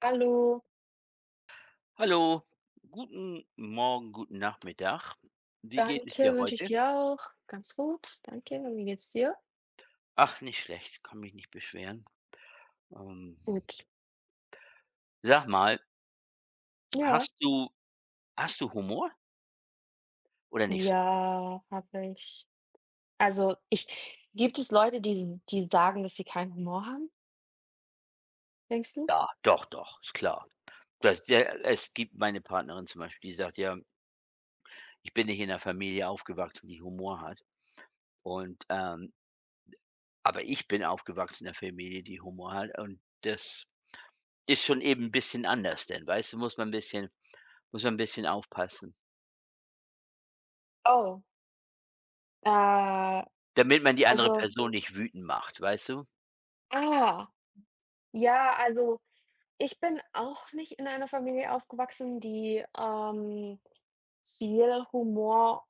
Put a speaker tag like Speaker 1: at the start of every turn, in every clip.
Speaker 1: Hallo,
Speaker 2: Hallo, guten Morgen, guten Nachmittag. Wie geht es dir
Speaker 1: danke, wünsche ich
Speaker 2: heute?
Speaker 1: dir auch. Ganz gut, danke. Und wie geht's dir?
Speaker 2: Ach, nicht schlecht, kann mich nicht beschweren. Ähm,
Speaker 1: Gut.
Speaker 2: sag mal,
Speaker 1: Ja.
Speaker 2: hast du hast du Humor oder nicht so?
Speaker 1: Ja, habe ich. Also, ich gibt es Leute, die sagen, dass sie keinen Humor haben, denkst du?
Speaker 2: Ja, doch, doch, ist klar. Das, der, es gibt meine Partnerin zum Beispiel, die sagt ja, ich bin nicht in einer Familie aufgewachsen, die Humor hat. Und aber ich bin aufgewachsen in einer Familie, die Humor hat. Und das ist schon eben ein bisschen anders, denn weißt du, muss man ein bisschen aufpassen.
Speaker 1: Oh, äh,
Speaker 2: Damit man die andere
Speaker 1: also
Speaker 2: Person nicht wütend macht, weißt du?
Speaker 1: ah, ja, also, ich bin auch nicht in einer Familie aufgewachsen, die, viel Humor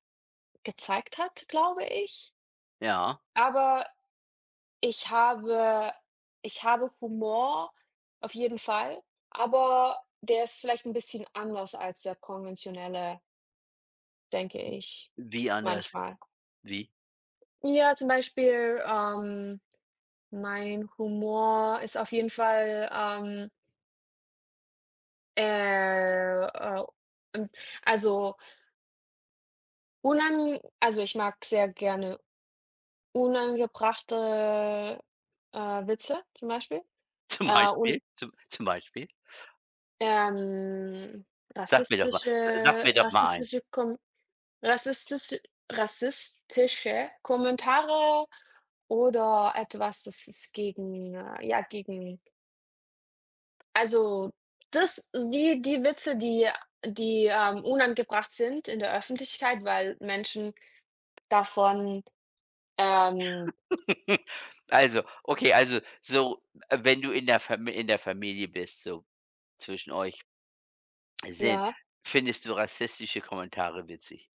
Speaker 1: gezeigt hat, glaube ich.
Speaker 2: Ja.
Speaker 1: Aber Ich habe ich habe Humor, auf jeden Fall, aber der ist vielleicht ein bisschen anders als der konventionelle, denke ich,
Speaker 2: Wie anders?
Speaker 1: manchmal.
Speaker 2: Wie?
Speaker 1: Ja, zum Beispiel, mein Humor ist auf jeden Fall, äh, äh, ähm, also, unan also, ich mag sehr gerne unangebrachte, äh, Witze zum Beispiel,
Speaker 2: Zum
Speaker 1: un
Speaker 2: Beispiel? Zum Beispiel?
Speaker 1: Ähm,
Speaker 2: Sag mir doch mal sag
Speaker 1: rassistische
Speaker 2: mir doch mal ein.
Speaker 1: rassistische Kom rassistische rassistische Kommentare oder etwas, das ist gegen ja, gegen also, das die Witze, die unangebracht sind in der Öffentlichkeit, weil Menschen davon, ähm
Speaker 2: Also, okay, also so, wenn du in der Fam in der Familie bist, so zwischen euch, sind
Speaker 1: ja?
Speaker 2: findest du rassistische Kommentare witzig?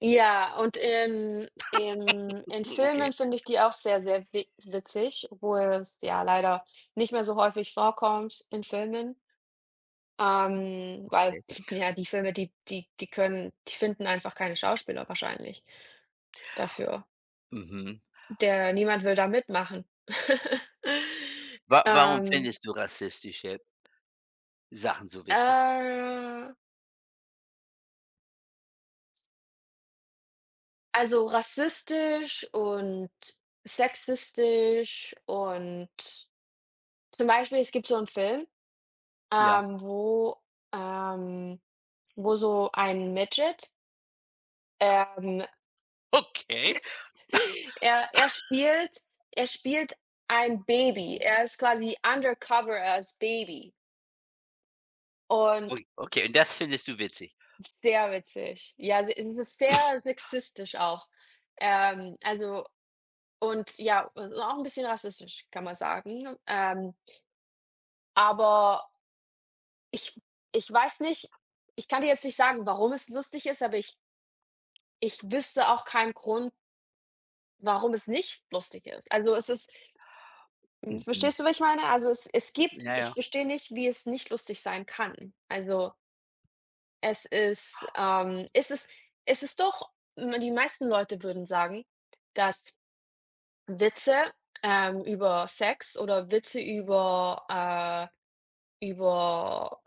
Speaker 1: Ja, und in in
Speaker 2: Okay,
Speaker 1: Filmen finde ich die auch sehr, sehr wi witzig, obwohl es ja leider nicht mehr so häufig vorkommt in Filmen, weil
Speaker 2: okay.
Speaker 1: ja, die Filme, die die die können die finden einfach keine Schauspieler wahrscheinlich dafür.
Speaker 2: Mhm.
Speaker 1: Der niemand will da mitmachen.
Speaker 2: Wa warum
Speaker 1: Ähm,
Speaker 2: findest du rassistische Sachen so witzig?
Speaker 1: äh, also rassistisch und sexistisch und zum Beispiel, es gibt so einen Film.
Speaker 2: Ja.
Speaker 1: Wo ähm, wo so ein Midget, ähm.
Speaker 2: Okay.
Speaker 1: er er spielt er spielt ein Baby. Er ist quasi undercover als Baby und
Speaker 2: Ui, okay, und das findest du witzig?
Speaker 1: sehr witzig. Ja, es ist sehr sexistisch auch. Also und ja, auch ein bisschen rassistisch, kann man sagen. Aber ich ich weiß nicht, ich kann dir jetzt nicht sagen, warum es lustig ist, aber ich wüsste auch keinen Grund. Warum es nicht lustig ist? Also, es ist hm,
Speaker 2: Mhm.
Speaker 1: verstehst du, was ich meine? Also, es gibt,
Speaker 2: Ja,
Speaker 1: ich
Speaker 2: ja.
Speaker 1: verstehe nicht, wie es nicht lustig sein kann. Also, es ist, es ist, es ist doch m die meisten Leute würden sagen, dass Witze, über Sex oder Witze über, äh über,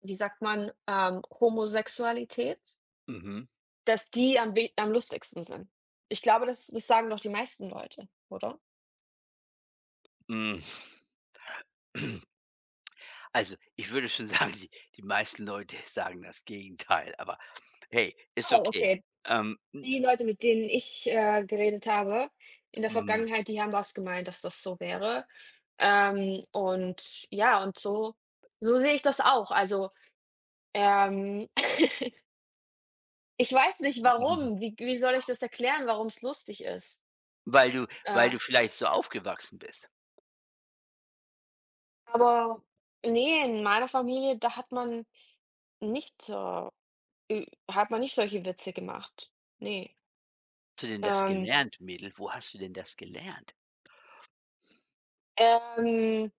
Speaker 1: wie sagt man, Homosexualität,
Speaker 2: Mhm.
Speaker 1: dass die am lustigsten sind. Ich glaube, das sagen doch die meisten Leute, oder?
Speaker 2: Hm. Also, ich würde schon sagen, die meisten Leute sagen das Gegenteil, aber hey, ist
Speaker 1: Oh,
Speaker 2: okay.
Speaker 1: okay.
Speaker 2: M
Speaker 1: Die Leute, mit denen ich, geredet habe in der
Speaker 2: mhm,
Speaker 1: Vergangenheit, die haben das gemeint, dass das so wäre. Und ja, und so so sehe ich das auch. Also, ähm, ich weiß nicht
Speaker 2: mhm,
Speaker 1: warum. Wie soll ich das erklären, warum es lustig ist?
Speaker 2: weil du weil
Speaker 1: Äh,
Speaker 2: du vielleicht so aufgewachsen bist.
Speaker 1: aber nee, in meiner Familie, da hat man nicht, ü hat man nicht solche Witze gemacht. Nee.
Speaker 2: Hast du denn das
Speaker 1: Ähm,
Speaker 2: gelernt, Mädel? Wo hast du denn das gelernt?
Speaker 1: ähm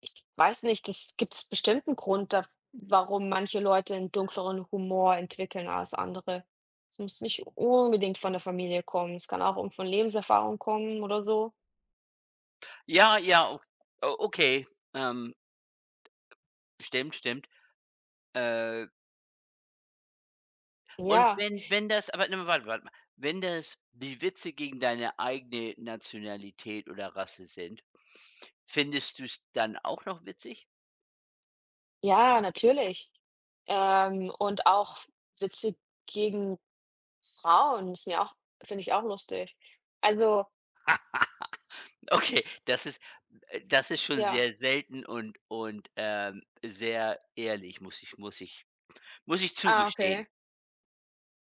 Speaker 1: Ich weiß nicht, das gibt's bestimmt einen Grund da, warum manche Leute einen dunkleren Humor entwickeln als andere. Es muss nicht unbedingt von der Familie kommen. Es kann auch um von Lebenserfahrung kommen oder so.
Speaker 2: Ja, ja, okay, ähm, stimmt, stimmt. Äh, und
Speaker 1: Ja,
Speaker 2: wenn das aber ne, warte mal. Wenn das die Witze gegen deine eigene Nationalität oder Rasse sind, findest du es dann auch noch witzig?
Speaker 1: ja, natürlich. Und auch Witze gegen Frauen ist mir auch finde ich auch lustig. Also,
Speaker 2: Okay, das ist schon
Speaker 1: ja.
Speaker 2: sehr selten und sehr ehrlich, muss ich
Speaker 1: Ah,
Speaker 2: zugestehen.
Speaker 1: okay.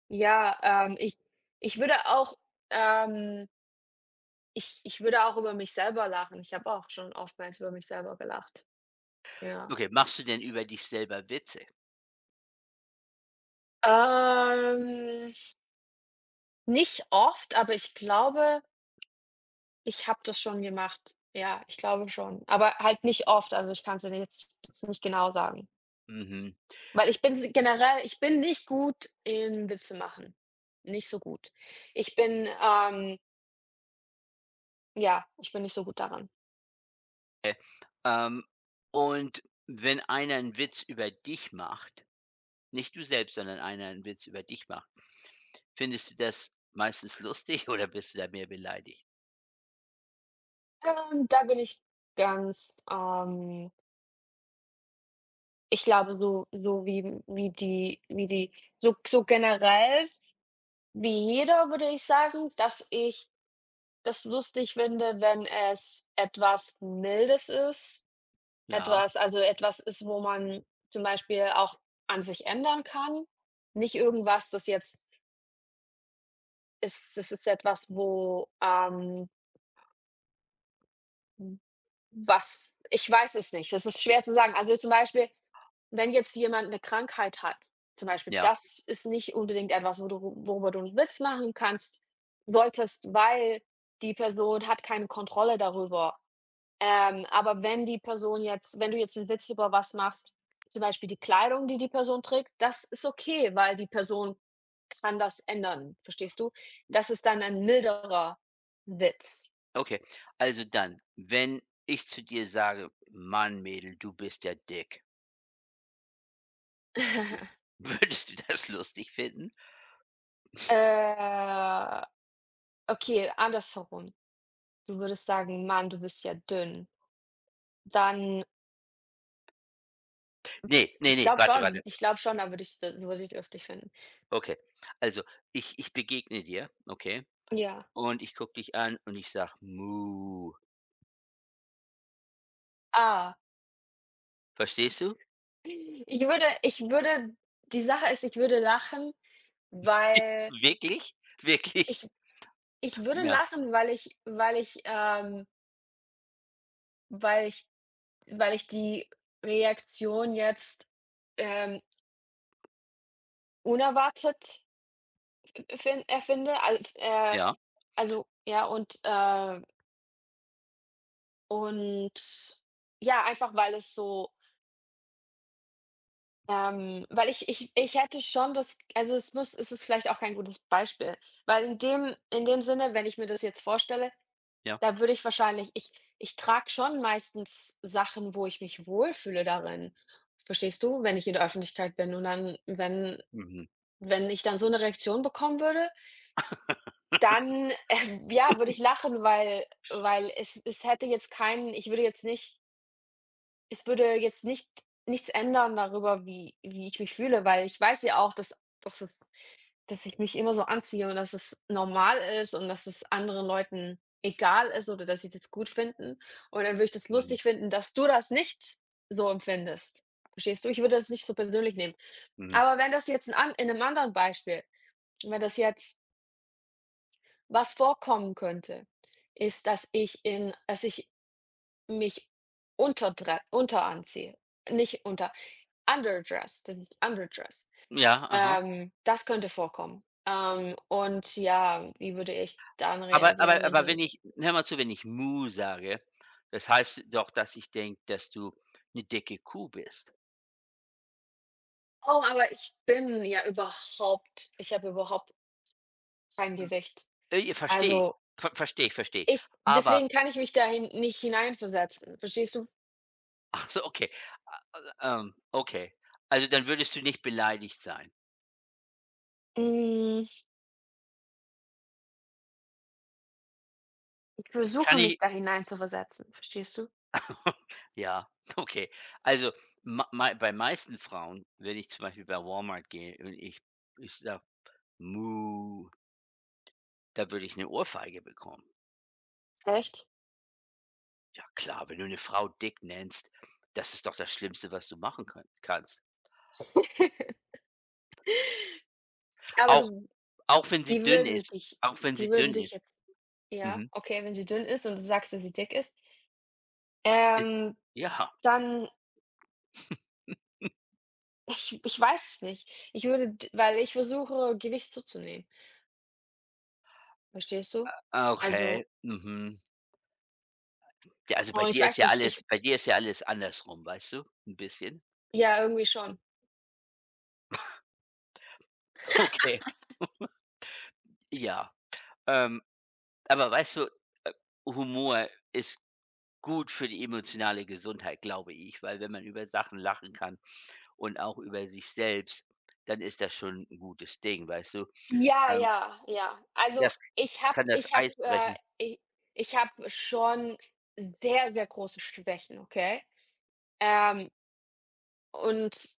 Speaker 1: Ja, ähm, ich ich würde auch, ähm ich würde auch über mich selber lachen. Ich habe auch schon oftmals über mich selber gelacht. Ja.
Speaker 2: Okay, machst du denn über dich selber Witze?
Speaker 1: Ähm, nicht oft, aber ich glaube, ich habe das schon gemacht. Ja, ich glaube schon, aber halt nicht oft. Also, ich kann's dir jetzt nicht genau sagen,
Speaker 2: Mhm.
Speaker 1: weil ich bin s generell, ich bin nicht gut in Witze machen. Nicht so gut. Ich bin, ja, ich bin nicht so gut daran.
Speaker 2: Ähm, und wenn einer einen Witz über dich macht nicht du selbst, sondern einer einen Witz über dich macht, findest du das meistens lustig oder bist du da mehr beleidigt?
Speaker 1: Da bin ich ganz, ich glaube, so so wie wie die so so generell, wie jeder würde ich sagen, dass ich das lustig finde, wenn es etwas Mildes ist,
Speaker 2: Ja,
Speaker 1: etwas also etwas ist, wo man zum Beispiel auch an sich ändern kann. Nicht irgendwas, das ist etwas, wo, was ich, weiß es nicht, das ist schwer zu sagen. Also, zum Beispiel, wenn jetzt jemand eine Krankheit hat, zum Beispiel,
Speaker 2: ja,
Speaker 1: das ist nicht unbedingt etwas, wo du worüber du 'n Witz machen kannst solltest, weil die Person hat keine Kontrolle darüber. Aber wenn du jetzt einen Witz über was machst, zum Beispiel die Kleidung, die die Person trägt, das ist okay, weil die Person kann das ändern, verstehst du? Das ist dann ein milderer Witz.
Speaker 2: okay. Also dann, wenn ich zu dir sage: „Mann, Mädel, du bist ja dick.“ Würdest du das lustig finden?
Speaker 1: Äh, okay, andersherum. Du würdest sagen: „Mann, du bist ja dünn.“ Dann
Speaker 2: Ne, warte.
Speaker 1: ich glaube schon, da würde ich lustig finden.
Speaker 2: Okay. Also, ich begegne dir, okay,
Speaker 1: Ja.
Speaker 2: und ich gucke dich an und ich sag „Mu.“
Speaker 1: Ah.
Speaker 2: Verstehst du?
Speaker 1: Ich würde die Sache ist, ich würde lachen, weil
Speaker 2: Wirklich? Wirklich?
Speaker 1: ich ich würde
Speaker 2: Ja,
Speaker 1: lachen, weil ich, weil ich weil ich die Reaktion jetzt, ähm, unerwartet fin empfinde, al
Speaker 2: ja,
Speaker 1: also, ja, und ja, einfach weil es so, weil ich ich ich hätte schon das also, es ist vielleicht auch kein gutes Beispiel, weil in dem Sinne, wenn ich mir das jetzt vorstelle.
Speaker 2: ja.
Speaker 1: Da würde ich wahrscheinlich, ich trage schon meistens Sachen, wo ich mich wohlfühle darin. Verstehst du? Wenn ich in der Öffentlichkeit bin und dann wenn
Speaker 2: Mhm,
Speaker 1: wenn ich dann so eine Reaktion bekommen würde, dann, ja, würde ich lachen, weil es, es hätte jetzt keinen ich würde jetzt nicht, es würde jetzt nicht nichts ändern darüber, wie ich mich fühle, weil ich weiß ja auch, dass es, dass ich mich immer so anziehe und dass es normal ist und dass es anderen Leuten egal ist oder dass sie das gut finden. Und dann würde ich das
Speaker 2: mhm,
Speaker 1: lustig finden, dass du das nicht so empfindest. Verstehst du? Ich würde das nicht so persönlich nehmen.
Speaker 2: mhm.
Speaker 1: Aber wenn das jetzt 'n an in einem anderen Beispiel, wenn das jetzt was vorkommen könnte, ist, dass ich in dass ich mich unterdre unteranziehe, nicht unter underdress, das ist underdress.
Speaker 2: Ja, aha.
Speaker 1: Das könnte vorkommen. Und ja, wie würde ich dann
Speaker 2: Aber
Speaker 1: reagieren,
Speaker 2: aber
Speaker 1: wenn
Speaker 2: aber
Speaker 1: du
Speaker 2: wenn
Speaker 1: das.
Speaker 2: ich hör mal zu, wenn ich „Mu“ sage, das heißt doch, dass ich denke, dass du eine dicke Kuh bist.
Speaker 1: Oh, aber ich habe überhaupt kein Gewicht.
Speaker 2: Ja, verstehe ich.
Speaker 1: Also,
Speaker 2: Verstehe ich, verstehe ich.
Speaker 1: ich
Speaker 2: Aber
Speaker 1: deswegen kann ich mich dahin nicht hineinversetzen, verstehst du?
Speaker 2: ach so, okay. Okay. Also, dann würdest du nicht beleidigt sein.
Speaker 1: Hm, ich
Speaker 2: Kann
Speaker 1: versuche mich
Speaker 2: ich
Speaker 1: da hineinzuversetzen, verstehst du?
Speaker 2: ja, okay. Also, ma mei bei meisten Frauen, wenn ich zum Beispiel bei Walmart gehe und ich sage: „Mu“, da würde ich eine Ohrfeige bekommen.
Speaker 1: Echt?
Speaker 2: Ja klar, wenn du eine Frau dick nennst, das ist doch das Schlimmste, was du machen könnt kannst.
Speaker 1: Aber
Speaker 2: Auch
Speaker 1: du,
Speaker 2: auch wenn sie
Speaker 1: die
Speaker 2: dünn
Speaker 1: würden
Speaker 2: ist
Speaker 1: dich
Speaker 2: auch wenn sie
Speaker 1: die würden
Speaker 2: dünn
Speaker 1: dich
Speaker 2: ist.
Speaker 1: jetzt. Ja,
Speaker 2: Mhm.
Speaker 1: okay, wenn sie dünn ist und du sagst, dass sie dick ist,
Speaker 2: Äh,
Speaker 1: ähm,
Speaker 2: ja,
Speaker 1: dann ich weiß es nicht. Ich würde d weil ich versuche, Gewicht zuzunehmen, verstehst du?
Speaker 2: okay,
Speaker 1: Also
Speaker 2: mhm. Ja, also,
Speaker 1: und ich weiß nicht, ich
Speaker 2: bei dir ist ja alles andersrum, weißt du, ein bisschen.
Speaker 1: ja, irgendwie schon.
Speaker 2: Okay, ja. Ähm, aber weißt du, äh, Humor ist gut für die emotionale Gesundheit, glaube ich, weil wenn man über Sachen lachen kann und auch über sich selbst, dann ist das schon ein gutes Ding, weißt du?
Speaker 1: Ja,
Speaker 2: Ähm,
Speaker 1: ja, ja. Also,
Speaker 2: das
Speaker 1: ich habe
Speaker 2: kann das
Speaker 1: ich habe,
Speaker 2: Eis
Speaker 1: äh
Speaker 2: brechen.
Speaker 1: i ich habe schon sehr, sehr große Schwächen, okay? Ähm, und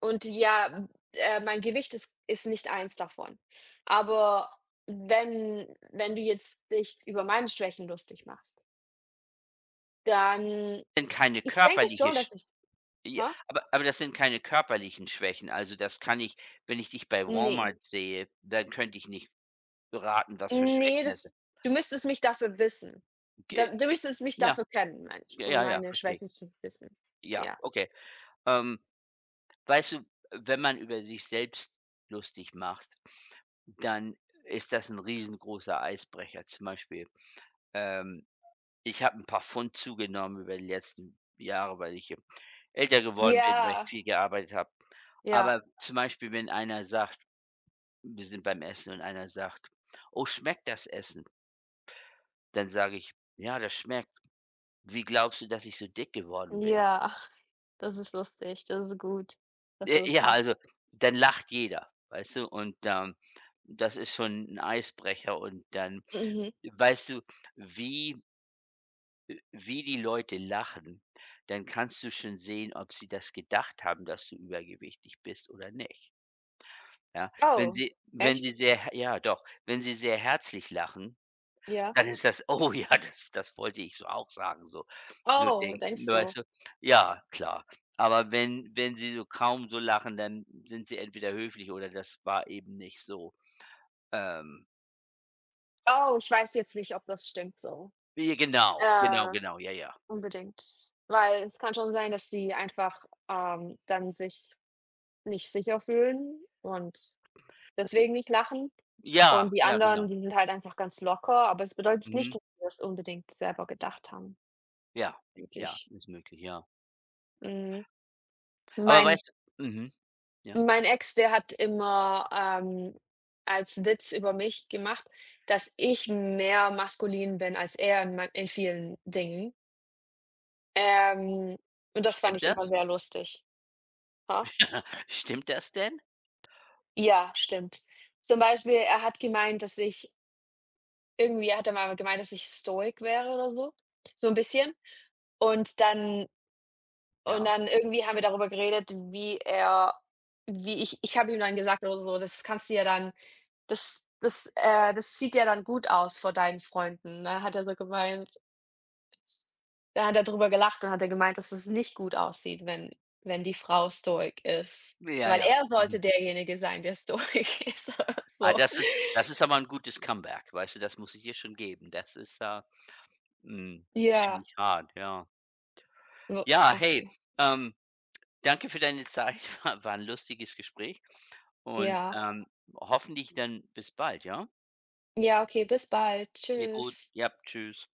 Speaker 1: Und ja, mein Gewicht ist nicht eins davon. Aber wenn du jetzt dich über meine Schwächen lustig machst, dann
Speaker 2: Sind keine
Speaker 1: ich denke
Speaker 2: körperliche
Speaker 1: schon,
Speaker 2: Sch
Speaker 1: dass ich.
Speaker 2: ja,
Speaker 1: Hä?
Speaker 2: aber das sind keine körperlichen Schwächen. Also, das kann ich wenn ich dich bei
Speaker 1: Nee,
Speaker 2: Walmart sehe, dann könnte ich nicht beraten, was für
Speaker 1: ne,
Speaker 2: Schwächen das
Speaker 1: das,
Speaker 2: sind.
Speaker 1: du müsstest mich dafür wissen.
Speaker 2: Ge
Speaker 1: Da, du müsstest mich
Speaker 2: ja,
Speaker 1: dafür kennen, meine ich, um
Speaker 2: ja,
Speaker 1: meine
Speaker 2: verstehe.
Speaker 1: Schwächen zu wissen.
Speaker 2: Ja,
Speaker 1: Ja.
Speaker 2: okay. Ähm, weißt du, wenn man über sich selbst lustig macht, dann ist das ein riesengroßer Eisbrecher. Zum Beispiel, ähm, ich habe ein paar Pfund zugenommen über die letzten Jahre, weil ich, älter geworden bin, weil ich
Speaker 1: Ja,
Speaker 2: viel gearbeitet habe.
Speaker 1: ja,
Speaker 2: Aber zum Beispiel, wenn einer sagt wir sind beim Essen und einer sagt: „Oh, schmeckt das Essen?“ Dann sage ich: „Ja, das schmeckt. Wie glaubst du, dass ich so dick geworden bin?“
Speaker 1: ja. Das ist lustig. Das ist gut, dass
Speaker 2: J
Speaker 1: du das
Speaker 2: ja,
Speaker 1: machst.
Speaker 2: also, dann lacht jeder, weißt du? Und, das ist schon ein Eisbrecher und dann
Speaker 1: Mhm.
Speaker 2: weißt du, wie wie die Leute lachen, dann kannst du schon sehen, ob sie das gedacht haben, dass du übergewichtig bist oder nicht, ja?
Speaker 1: Oh,
Speaker 2: Wenn
Speaker 1: echt?
Speaker 2: sie sehr ja doch, wenn sie sehr herzlich lachen,
Speaker 1: Ja.
Speaker 2: dann ist das oh ja, das wollte ich so auch sagen, so so
Speaker 1: Oh,
Speaker 2: denken,
Speaker 1: denkst
Speaker 2: weißt
Speaker 1: du?
Speaker 2: du? Ja, klar. Aber wenn sie so kaum so lachen, dann sind sie entweder höflich oder das war eben nicht so. Ähm,
Speaker 1: Oh, ich weiß jetzt nicht, ob das stimmt so,
Speaker 2: ja,
Speaker 1: äh,
Speaker 2: genau, ja, ja.
Speaker 1: unbedingt. Weil es kann schon sein, dass die einfach, dann sich nicht sicher fühlen und deswegen nicht lachen.
Speaker 2: Ja,
Speaker 1: Und die
Speaker 2: ja,
Speaker 1: anderen,
Speaker 2: genau.
Speaker 1: die sind halt einfach ganz locker, aber es bedeutet nicht,
Speaker 2: Mhm.
Speaker 1: dass sie das unbedingt selber gedacht haben,
Speaker 2: Ja,
Speaker 1: denke
Speaker 2: ja,
Speaker 1: ich.
Speaker 2: ist möglich, ja.
Speaker 1: Mhm.
Speaker 2: Aber
Speaker 1: Mein
Speaker 2: weißt du mhm, ja.
Speaker 1: mein Ex, der hat immer, als Witz über mich gemacht, dass ich mehr maskulin bin als er in man in vielen Dingen. Ähm, und das fand
Speaker 2: Stimmt
Speaker 1: ich
Speaker 2: das?
Speaker 1: immer sehr lustig. Ha?
Speaker 2: Stimmt das denn?
Speaker 1: Ja, stimmt. Zum Beispiel, er hat gemeint, dass ich irgendwie hat er mal gemeint, dass ich Stoik wäre oder so, so 'n bisschen. Und
Speaker 2: Ja.
Speaker 1: dann irgendwie haben wir darüber geredet, wie ich habe ihm dann gesagt oder so: „Das kannst du ja dann, das sieht ja dann gut aus vor deinen Freunden“, ne? Hat er so gemeint. Da hat er drüber gelacht und hat er gemeint, dass es nicht gut aussieht, wenn die Frau stoic ist,
Speaker 2: Ja,
Speaker 1: weil
Speaker 2: ja.
Speaker 1: er
Speaker 2: Mhm.
Speaker 1: sollte derjenige sein, der stoic ist oder
Speaker 2: Ah,
Speaker 1: so.
Speaker 2: das ist aber 'n gutes Comeback, weißt du? Das muss ich ihr schon geben. Das ist, mhm,
Speaker 1: Ja,
Speaker 2: ziemlich hart, ja.
Speaker 1: so,
Speaker 2: Ja, hey,
Speaker 1: okay.
Speaker 2: ähm, danke für deine Zeit. War 'n lustiges Gespräch und,
Speaker 1: Ja.
Speaker 2: hoffentlich dann bis bald, ja?
Speaker 1: Ja, okay, bis bald.
Speaker 2: Dir gut.
Speaker 1: Tschüss.
Speaker 2: Ja, tschüss.